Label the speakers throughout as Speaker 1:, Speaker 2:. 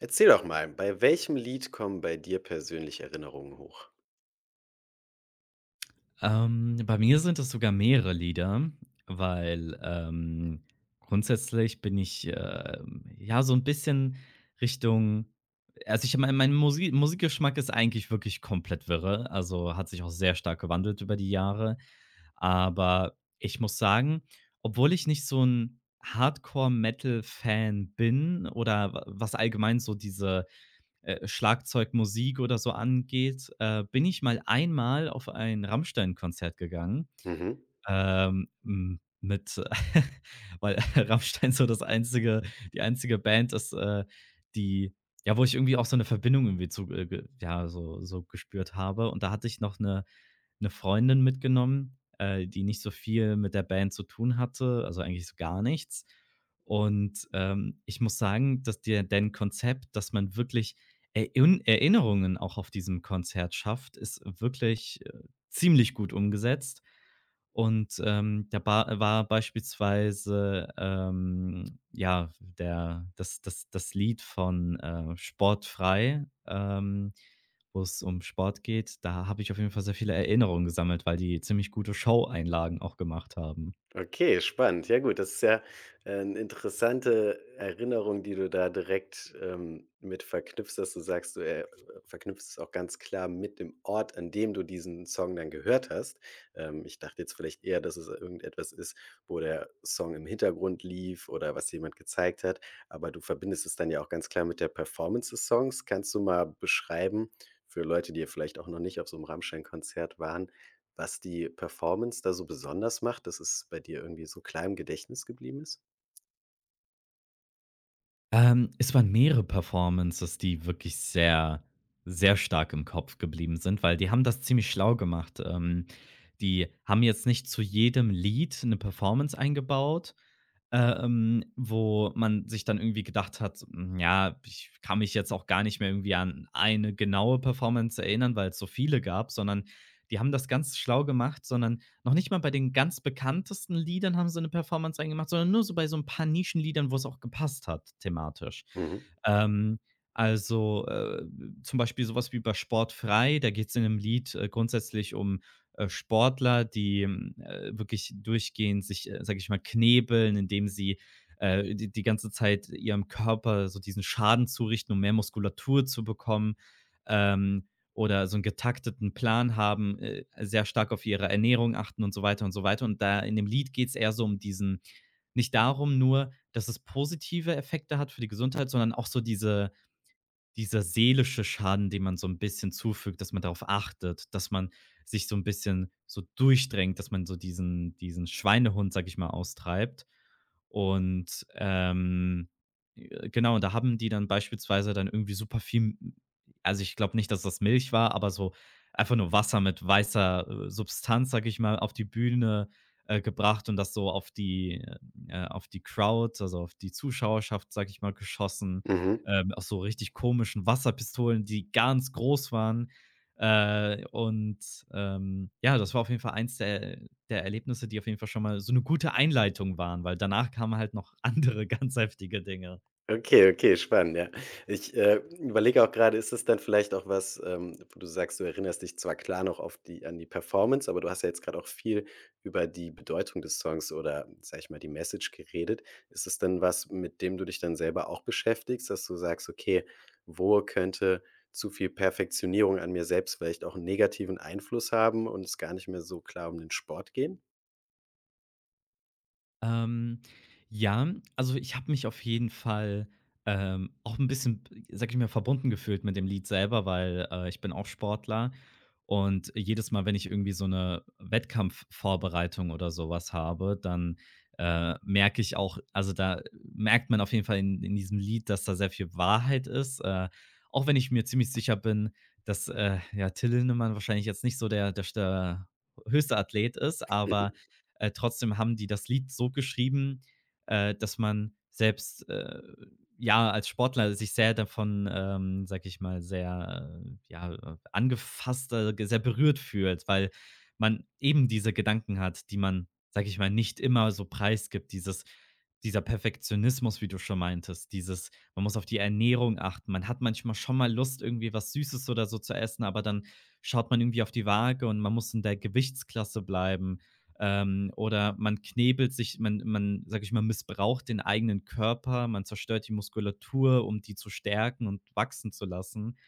Speaker 1: Erzähl doch mal, bei welchem Lied kommen bei dir persönlich Erinnerungen hoch?
Speaker 2: Bei mir sind es sogar mehrere Lieder, weil, grundsätzlich bin ich, ja, so ein bisschen Richtung. Also, ich mein Musikgeschmack ist eigentlich wirklich komplett wirre, also hat sich auch sehr stark gewandelt über die Jahre. Aber ich muss sagen, obwohl ich nicht so ein Hardcore-Metal-Fan bin oder wa was allgemein so diese Schlagzeugmusik oder so angeht, bin ich mal einmal auf ein Rammstein-Konzert gegangen,
Speaker 1: Mhm.
Speaker 2: mit weil Rammstein so das einzige die einzige Band ist, die, ja, wo ich irgendwie auch so eine Verbindung irgendwie zu, ge ja, so gespürt habe. Und da hatte ich noch eine Freundin mitgenommen, die nicht so viel mit der Band zu tun hatte, also eigentlich so gar nichts. Und, ich muss sagen, dass dir deren Konzept, dass man wirklich Erinnerungen auch auf diesem Konzert schafft, ist wirklich, ziemlich gut umgesetzt. Und, da ba war beispielsweise, ja, der das das das Lied von, Sportfrei, wo es um Sport geht. Da habe ich auf jeden Fall sehr viele Erinnerungen gesammelt, weil die ziemlich gute Showeinlagen auch gemacht haben.
Speaker 1: Okay, spannend. Ja gut, das ist ja, 'ne interessante Erinnerung, die du da direkt, mit verknüpfst, dass du sagst, du, verknüpfst es auch ganz klar mit dem Ort, an dem du diesen Song dann gehört hast. Ich dachte jetzt vielleicht eher, dass es irgendetwas ist, wo der Song im Hintergrund lief oder was jemand gezeigt hat, aber du verbindest es dann ja auch ganz klar mit der Performance des Songs. Kannst du mal beschreiben für Leute, die ja vielleicht auch noch nicht auf so einem Rammstein-Konzert waren, was die Performance da so besonders macht, dass es bei dir irgendwie so klar im Gedächtnis geblieben ist?
Speaker 2: Es waren mehrere Performances, die wirklich sehr, sehr stark im Kopf geblieben sind, weil die haben das ziemlich schlau gemacht. Die haben jetzt nicht zu jedem Lied eine Performance eingebaut. Wo man sich dann irgendwie gedacht hat, ja, ich kann mich jetzt auch gar nicht mehr irgendwie an eine genaue Performance erinnern, weil es so viele gab, sondern die haben das ganz schlau gemacht, sondern noch nicht mal bei den ganz bekanntesten Liedern haben sie eine Performance reingemacht, sondern nur so bei so ein paar Nischenliedern, wo es auch gepasst hat thematisch.
Speaker 1: Mhm,
Speaker 2: Ähm, also, zum Beispiel so was wie bei Sportfrei, da geht es in 'nem Lied, grundsätzlich um, Sportler, die, wirklich durchgehend sich, sage ich mal, knebeln, indem sie, die ganze Zeit ihrem Körper so diesen Schaden zurichten, um mehr Muskulatur zu bekommen. Ähm, oder so einen getakteten Plan haben, sehr stark auf ihre Ernährung achten und so weiter und so weiter. Und da in dem Lied geht es eher so um diesen, nicht darum nur, dass es positive Effekte hat für die Gesundheit, sondern auch so dieser seelische Schaden, den man so ein bisschen zufügt, dass man darauf achtet, dass man sich so ein bisschen so durchdrängt, dass man so diesen Schweinehund, sag ich mal, austreibt. Und, genau, da haben die dann beispielsweise dann irgendwie super viel. Also, ich glaube nicht, dass das Milch war, aber so einfach nur Wasser mit weißer, Substanz, sag ich mal, auf die Bühne, gebracht und das so auf die Crowd, also auf die Zuschauerschaft, sag ich mal, geschossen,
Speaker 1: mhm.
Speaker 2: aus so richtig komischen Wasserpistolen, die ganz groß waren. Und, ja, das war auf jeden Fall eins der Erlebnisse, die auf jeden Fall schon mal so eine gute Einleitung waren, weil danach kamen halt noch andere ganz heftige Dinge.
Speaker 1: Okay, okay, spannend, ja. Ich, überlege auch gerade, ist es dann vielleicht auch was, wo du sagst, du erinnerst dich zwar klar noch auf die an die Performance, aber du hast ja jetzt gerade auch viel über die Bedeutung des Songs oder, sag ich mal, die Message geredet. Ist es dann was, mit dem du dich dann selber auch beschäftigst, dass du sagst: „Okay, wo könnte zu viel Perfektionierung an mir selbst vielleicht auch einen negativen Einfluss haben und es gar nicht mehr so klar um den Sport gehen?“
Speaker 2: Ähm, ja, also ich habe mich auf jeden Fall, auch ein bisschen, sag ich mal, verbunden gefühlt mit dem Lied selber, weil, ich bin auch Sportler. Und jedes Mal, wenn ich irgendwie so eine Wettkampfvorbereitung oder sowas habe, dann, merke ich auch. Also, da merkt man auf jeden Fall in diesem Lied, dass da sehr viel Wahrheit ist, auch wenn ich mir ziemlich sicher bin, dass, ja, Till Lindemann wahrscheinlich jetzt nicht so der höchste Athlet ist, aber, trotzdem haben die das Lied so geschrieben, dass man selbst, ja, als Sportler sich sehr davon, sage ich mal, sehr, angefasst, ge sehr berührt fühlt, weil man eben diese Gedanken hat, die man, sage ich mal, nicht immer so preisgibt. Dieses Dieser Perfektionismus, wie du schon meintest, dieses, man muss auf die Ernährung achten. Man hat manchmal schon mal Lust, irgendwie was Süßes oder so zu essen, aber dann schaut man irgendwie auf die Waage und man muss in der Gewichtsklasse bleiben. Oder man knebelt sich, man, sag ich mal, missbraucht den eigenen Körper, man zerstört die Muskulatur, um die zu stärken und wachsen zu lassen,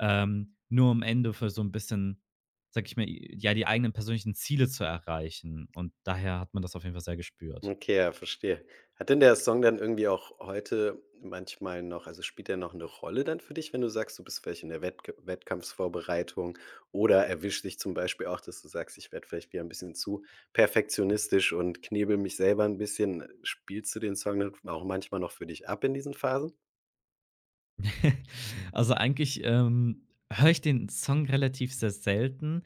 Speaker 2: nur am Ende für so ein bisschen, sag ich mal, ja, die eigenen persönlichen Ziele zu erreichen. Und daher hat man das auf jeden Fall sehr gespürt.
Speaker 1: Okay, ja, verstehe. Hat denn der Song dann irgendwie auch heute manchmal noch, also, spielt er noch eine Rolle dann für dich, wenn du sagst, du bist vielleicht in der Wettkampfsvorbereitung oder erwischt dich zum Beispiel auch, dass du sagst: „Ich werde vielleicht wieder ein bisschen zu perfektionistisch und knebele mich selber ein bisschen.“ Spielst du den Song dann auch manchmal noch für dich ab in diesen Phasen?
Speaker 2: Also eigentlich, höre ich den Song relativ sehr selten,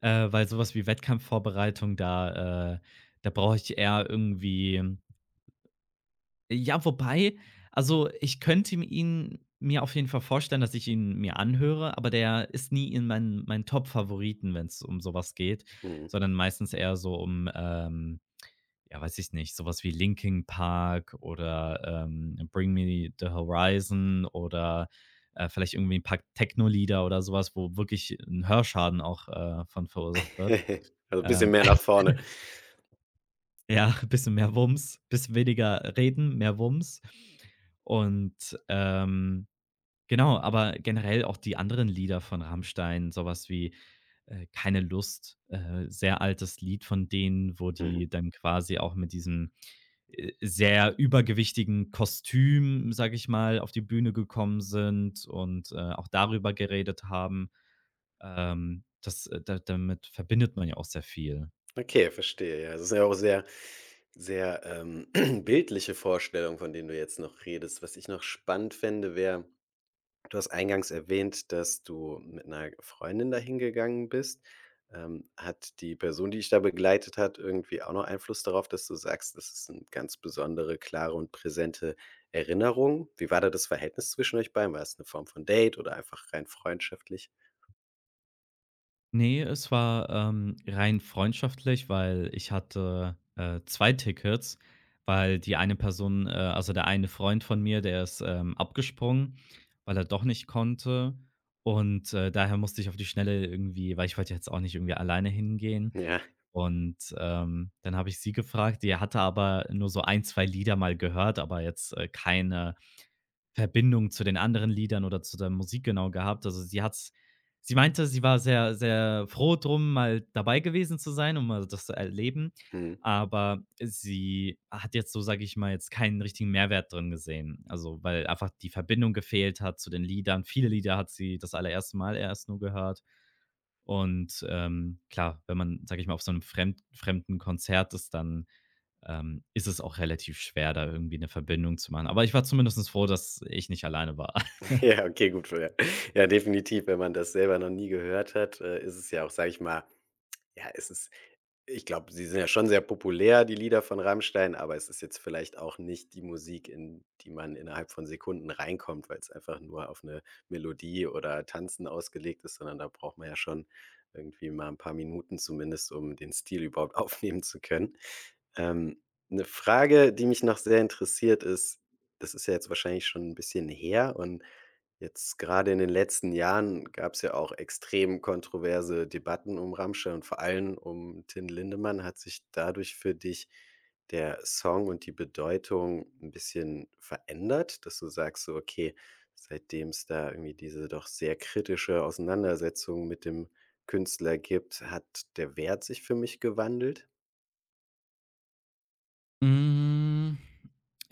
Speaker 2: weil sowas wie Wettkampfvorbereitung, da brauche ich eher irgendwie. Ja, wobei, also ich könnte ihm ihn mir auf jeden Fall vorstellen, dass ich ihn mir anhöre, aber der ist nie in meinen Top-Favoriten, wenn es um sowas geht,
Speaker 1: Mhm.
Speaker 2: sondern meistens eher so um, ja, weiß ich nicht, sowas wie Linkin Park oder, Bring Me the Horizon oder, vielleicht irgendwie ein paar Techno-Lieder oder sowas, wo wirklich 'n Hörschaden auch, von verursacht wird.
Speaker 1: Also, ein bisschen
Speaker 2: Ähm
Speaker 1: mehr nach vorne.
Speaker 2: ja, bisschen mehr Wumms, bisschen weniger reden, mehr Wumms. Und, genau, aber generell auch die anderen Lieder von Rammstein, sowas wie, „Keine Lust", sehr altes Lied von denen, wo
Speaker 1: Mhm.
Speaker 2: die dann quasi auch mit diesem, sehr übergewichtigen Kostüm, sage ich mal, auf die Bühne gekommen sind und, auch darüber geredet haben. Das, da Damit verbindet man ja auch sehr viel.
Speaker 1: Okay, verstehe, ja. Das ist ja auch sehr, bildliche Vorstellung, von denen du jetzt noch redest. Was ich noch spannend fände, wäre, du hast eingangs erwähnt, dass du mit einer Freundin dahin gegangen bist. Hat die Person, die dich da begleitet hat, irgendwie auch noch Einfluss darauf, dass du sagst, das ist eine ganz besondere, klare und präsente Erinnerung? Wie war da das Verhältnis zwischen euch beiden? War es eine Form von Date oder einfach rein freundschaftlich?
Speaker 2: Nee, es war, rein freundschaftlich, weil ich hatte, 2 Tickets, weil die eine Person, also der eine Freund von mir, der ist, abgesprungen, weil er doch nicht konnte. Und, daher musste ich auf die Schnelle irgendwie, weil ich wollte jetzt auch nicht irgendwie alleine hingehen.
Speaker 1: Ja,
Speaker 2: Und, dann habe ich sie gefragt. Die hatte aber nur so ein, 2 Lieder mal gehört, aber jetzt, keine Verbindung zu den anderen Liedern oder zu der Musik genau gehabt. Also, sie meinte, sie war sehr, sehr froh drum, mal dabei gewesen zu sein, um mal das zu erleben,
Speaker 1: mhm.
Speaker 2: aber sie hat jetzt so, sage ich mal, jetzt keinen richtigen Mehrwert drin gesehen. Also, weil einfach die Verbindung gefehlt hat zu den Liedern. Viele Lieder hat sie das allererste Mal erst nur gehört. Und, klar, wenn man, sage ich mal, auf so einem fremden Konzert ist, dann, ist es auch relativ schwer, da irgendwie eine Verbindung zu machen. Aber ich war zumindest froh, dass ich nicht alleine war.
Speaker 1: Ja, okay, gut. Ja, ja, definitiv, wenn man das selber noch nie gehört hat, ist es ja auch, sage ich mal, ja, es ist, ich glaube, sie sind ja schon sehr populär, die Lieder von Rammstein, aber es ist jetzt vielleicht auch nicht die Musik, in die man innerhalb von Sekunden reinkommt, weil es einfach nur auf eine Melodie oder Tanzen ausgelegt ist, sondern da braucht man ja schon irgendwie mal ein paar Minuten zumindest, um den Stil überhaupt aufnehmen zu können. Ähm, 'Ne Frage, die mich noch sehr interessiert, ist, das ist ja jetzt wahrscheinlich schon ein bisschen her und jetzt gerade in den letzten Jahren gab es ja auch extrem kontroverse Debatten um Rammstein und vor allem um Till Lindemann. Hat sich dadurch für dich der Song und die Bedeutung ein bisschen verändert, dass du sagst so: „Okay, seitdem es da irgendwie diese doch sehr kritische Auseinandersetzung mit dem Künstler gibt, hat der Wert sich für mich gewandelt?“
Speaker 2: Hm,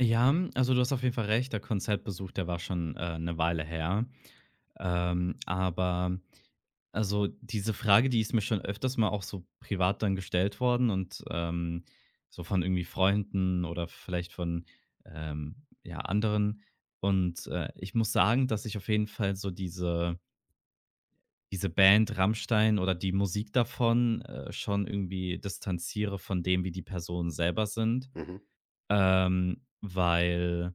Speaker 2: ja, also du hast auf jeden Fall recht. Der Konzertbesuch, der war schon, 'ne Weile her. Aber, also diese Frage, die ist mir schon öfters mal auch so privat dann gestellt worden und, so von irgendwie Freunden oder vielleicht von, ja, anderen. Und, ich muss sagen, dass ich auf jeden Fall so diese Band Rammstein oder die Musik davon, schon irgendwie distanziere von dem, wie die Personen selber sind.
Speaker 1: Mhm.
Speaker 2: Weil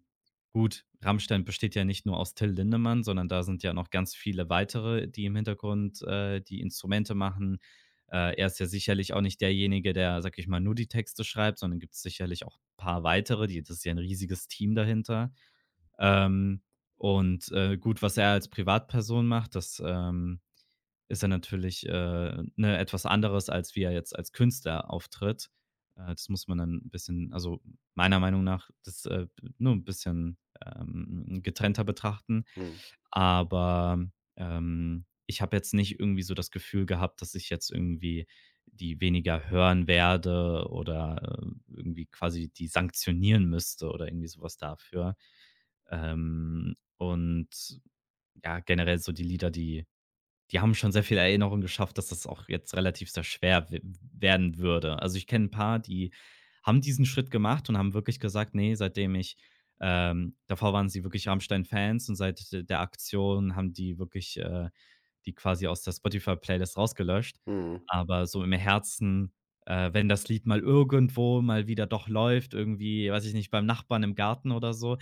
Speaker 2: gut, Rammstein besteht ja nicht nur aus Till Lindemann, sondern da sind ja noch ganz viele weitere, die im Hintergrund, die Instrumente machen. Er ist ja sicherlich auch nicht derjenige, der, sag ich mal, nur die Texte schreibt, sondern gibt es sicherlich auch ein paar weitere. Die Das ist ja ein riesiges Team dahinter. Ähm, und, gut, was er als Privatperson macht, das, ist er natürlich, ne, etwas anderes, als wie er jetzt als Künstler auftritt. Das muss man dann 'n bisschen, also meiner Meinung nach, das, nur ein bisschen, getrennter betrachten.
Speaker 1: Mhm.
Speaker 2: Aber, ich habe jetzt nicht irgendwie so das Gefühl gehabt, dass ich jetzt irgendwie die weniger hören werde oder, irgendwie quasi die sanktionieren müsste oder irgendwie sowas dafür. Und ja, generell so die Lieder, die haben schon sehr viele Erinnerungen geschafft, dass das auch jetzt relativ sehr schwer we werden würde. Also, ich kenne ein paar, die haben diesen Schritt gemacht und haben wirklich gesagt: „Nee, seitdem ich..." Davor waren sie wirklich Rammstein-Fans und seit d der Aktion haben die wirklich, die quasi aus der Spotify-Playlist rausgelöscht.
Speaker 1: Mhm.
Speaker 2: Aber so im Herzen, wenn das Lied mal irgendwo mal wieder doch läuft, irgendwie, weiß ich nicht, beim Nachbarn im Garten oder so,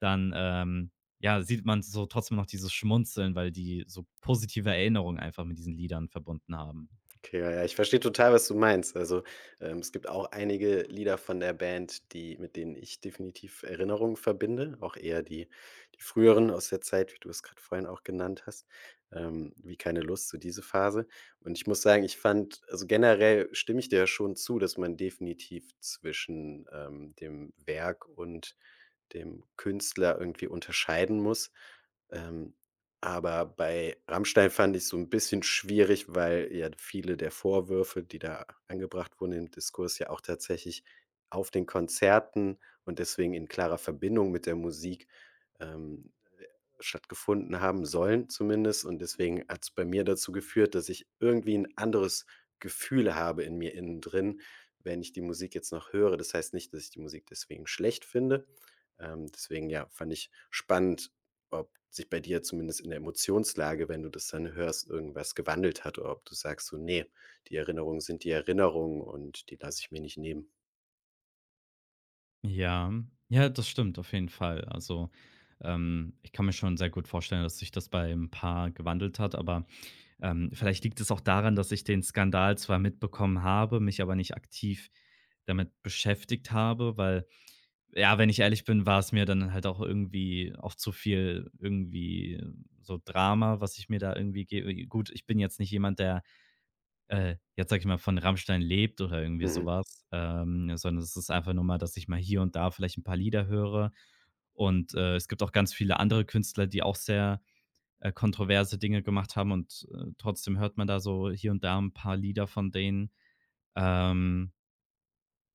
Speaker 2: dann, ja, sieht man so trotzdem noch dieses Schmunzeln, weil die so positive Erinnerungen einfach mit diesen Liedern verbunden haben.
Speaker 1: Okay, ja, ja, ich verstehe total, was du meinst. Also, es gibt auch einige Lieder von der Band, die, mit denen ich definitiv Erinnerungen verbinde, auch eher die früheren aus der Zeit, wie du es gerade vorhin auch genannt hast, wie „Keine Lust“, so diese Phase. Und ich muss sagen, ich fand, also, generell stimme ich dir ja schon zu, dass man definitiv zwischen, dem Werk und dem Künstler irgendwie unterscheiden muss. Ähm, aber bei Rammstein fand ich es so 'n bisschen schwierig, weil ja viele der Vorwürfe, die da angebracht wurden im Diskurs, ja auch tatsächlich auf den Konzerten und deswegen in klarer Verbindung mit der Musik, ähm, stattgefunden haben sollen zumindest, und deswegen hat es bei mir dazu geführt, dass ich irgendwie ein anderes Gefühl habe in mir innen drin, wenn ich die Musik jetzt noch höre. Das heißt nicht, dass ich die Musik deswegen schlecht finde. Deswegen, ja, fand ich spannend, ob sich bei dir zumindest in der Emotionslage, wenn du das dann hörst, irgendwas gewandelt hat oder ob du sagst so: „Nee, die Erinnerungen sind die Erinnerungen und die lasse ich mir nicht nehmen.“
Speaker 2: Ja, ja, das stimmt auf jeden Fall. Also, ich kann mir schon sehr gut vorstellen, dass sich das bei ein paar gewandelt hat, aber, vielleicht liegt es auch daran, dass ich den Skandal zwar mitbekommen habe, mich aber nicht aktiv damit beschäftigt habe, weil, ja, wenn ich ehrlich bin, war es mir dann halt auch irgendwie auch zu viel irgendwie so Drama, was ich mir da irgendwie ge Gut, ich bin jetzt nicht jemand, der... jetzt sage ich mal, von Rammstein lebt oder irgendwie
Speaker 1: Mhm.
Speaker 2: sowas, sondern es ist einfach nur mal, dass ich mal hier und da vielleicht ein paar Lieder höre. Und, es gibt auch ganz viele andere Künstler, die auch sehr, kontroverse Dinge gemacht haben und, trotzdem hört man da so hier und da ein paar Lieder von denen. Ähm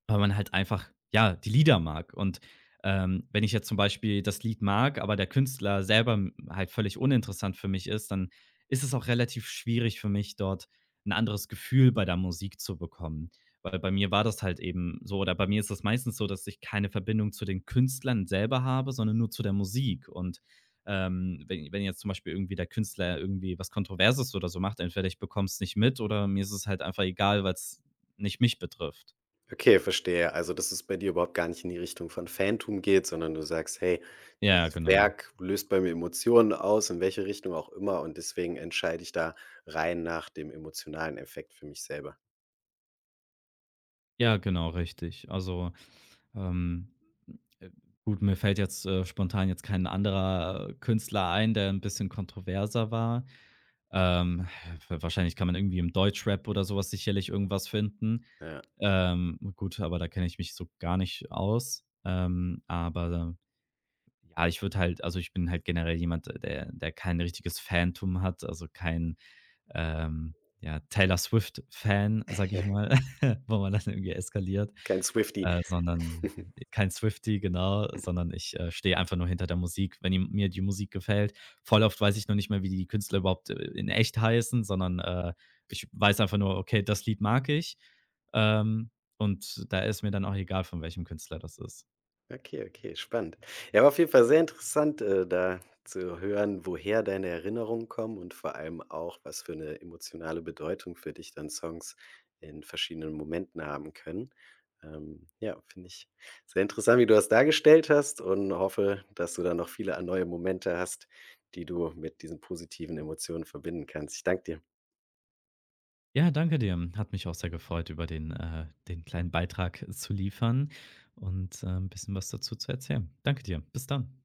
Speaker 2: Weil man halt einfach, ja, die Lieder mag. Und, wenn ich jetzt zum Beispiel das Lied mag, aber der Künstler selber m halt völlig uninteressant für mich ist, dann ist es auch relativ schwierig für mich, dort ein anderes Gefühl bei der Musik zu bekommen. Weil bei mir war das halt eben so, oder bei mir ist es meistens so, dass ich keine Verbindung zu den Künstlern selber habe, sondern nur zu der Musik. Und, wenn jetzt zum Beispiel irgendwie der Künstler irgendwie was Kontroverses oder so macht, entweder ich bekomme es nicht mit oder mir ist es halt einfach egal, weil es nicht mich betrifft.
Speaker 1: Okay, verstehe. Also, dass es bei dir überhaupt gar nicht in die Richtung von Fantum geht, sondern du sagst: „Hey,
Speaker 2: Ja,
Speaker 1: dieses
Speaker 2: genau.
Speaker 1: Werk löst bei mir Emotionen aus, in welche Richtung auch immer, und deswegen entscheide ich da rein nach dem emotionalen Effekt für mich selber.“
Speaker 2: Ja, genau, richtig. Also, ähm, äh, gut, mir fällt jetzt, spontan jetzt kein anderer, Künstler ein, der ein bisschen kontroverser war. Ähm, wa Wahrscheinlich kann man irgendwie im Deutschrap oder sowas sicherlich irgendwas finden.
Speaker 1: Ja,
Speaker 2: Gut, aber da kenne ich mich so gar nicht aus. Aber, ja, ich würde halt, also ich bin halt generell jemand, der kein richtiges Phantom hat, also kein, ähm, ja, Taylor Swift-Fan, sage ich mal, wo man dann irgendwie eskaliert,
Speaker 1: kein Swiftie.
Speaker 2: sondern kein Swiftie, genau, sondern ich, stehe einfach nur hinter der Musik, wenn die mir die Musik gefällt. Voll oft weiß ich noch nicht mehr, wie die Künstler überhaupt, in echt heißen, sondern, ich weiß einfach nur: „Okay, das Lied mag ich." Ähm, und da ist mir dann auch egal, von welchem Künstler das ist.
Speaker 1: Okay, okay, spannend. Ja, war auf jeden Fall sehr interessant, da zu hören, woher deine Erinnerungen kommen und vor allem auch, was für eine emotionale Bedeutung für dich dann Songs in verschiedenen Momenten haben können. Ja, finde ich sehr interessant, wie du das dargestellt hast, und hoffe, dass du da noch viele, ah, neue Momente hast, die du mit diesen positiven Emotionen verbinden kannst. Ich danke dir.
Speaker 2: Ja, danke dir. Hat mich auch sehr gefreut, über den kleinen Beitrag, zu liefern und, 'n bisschen was dazu zu erzählen. Danke dir. Bis dann.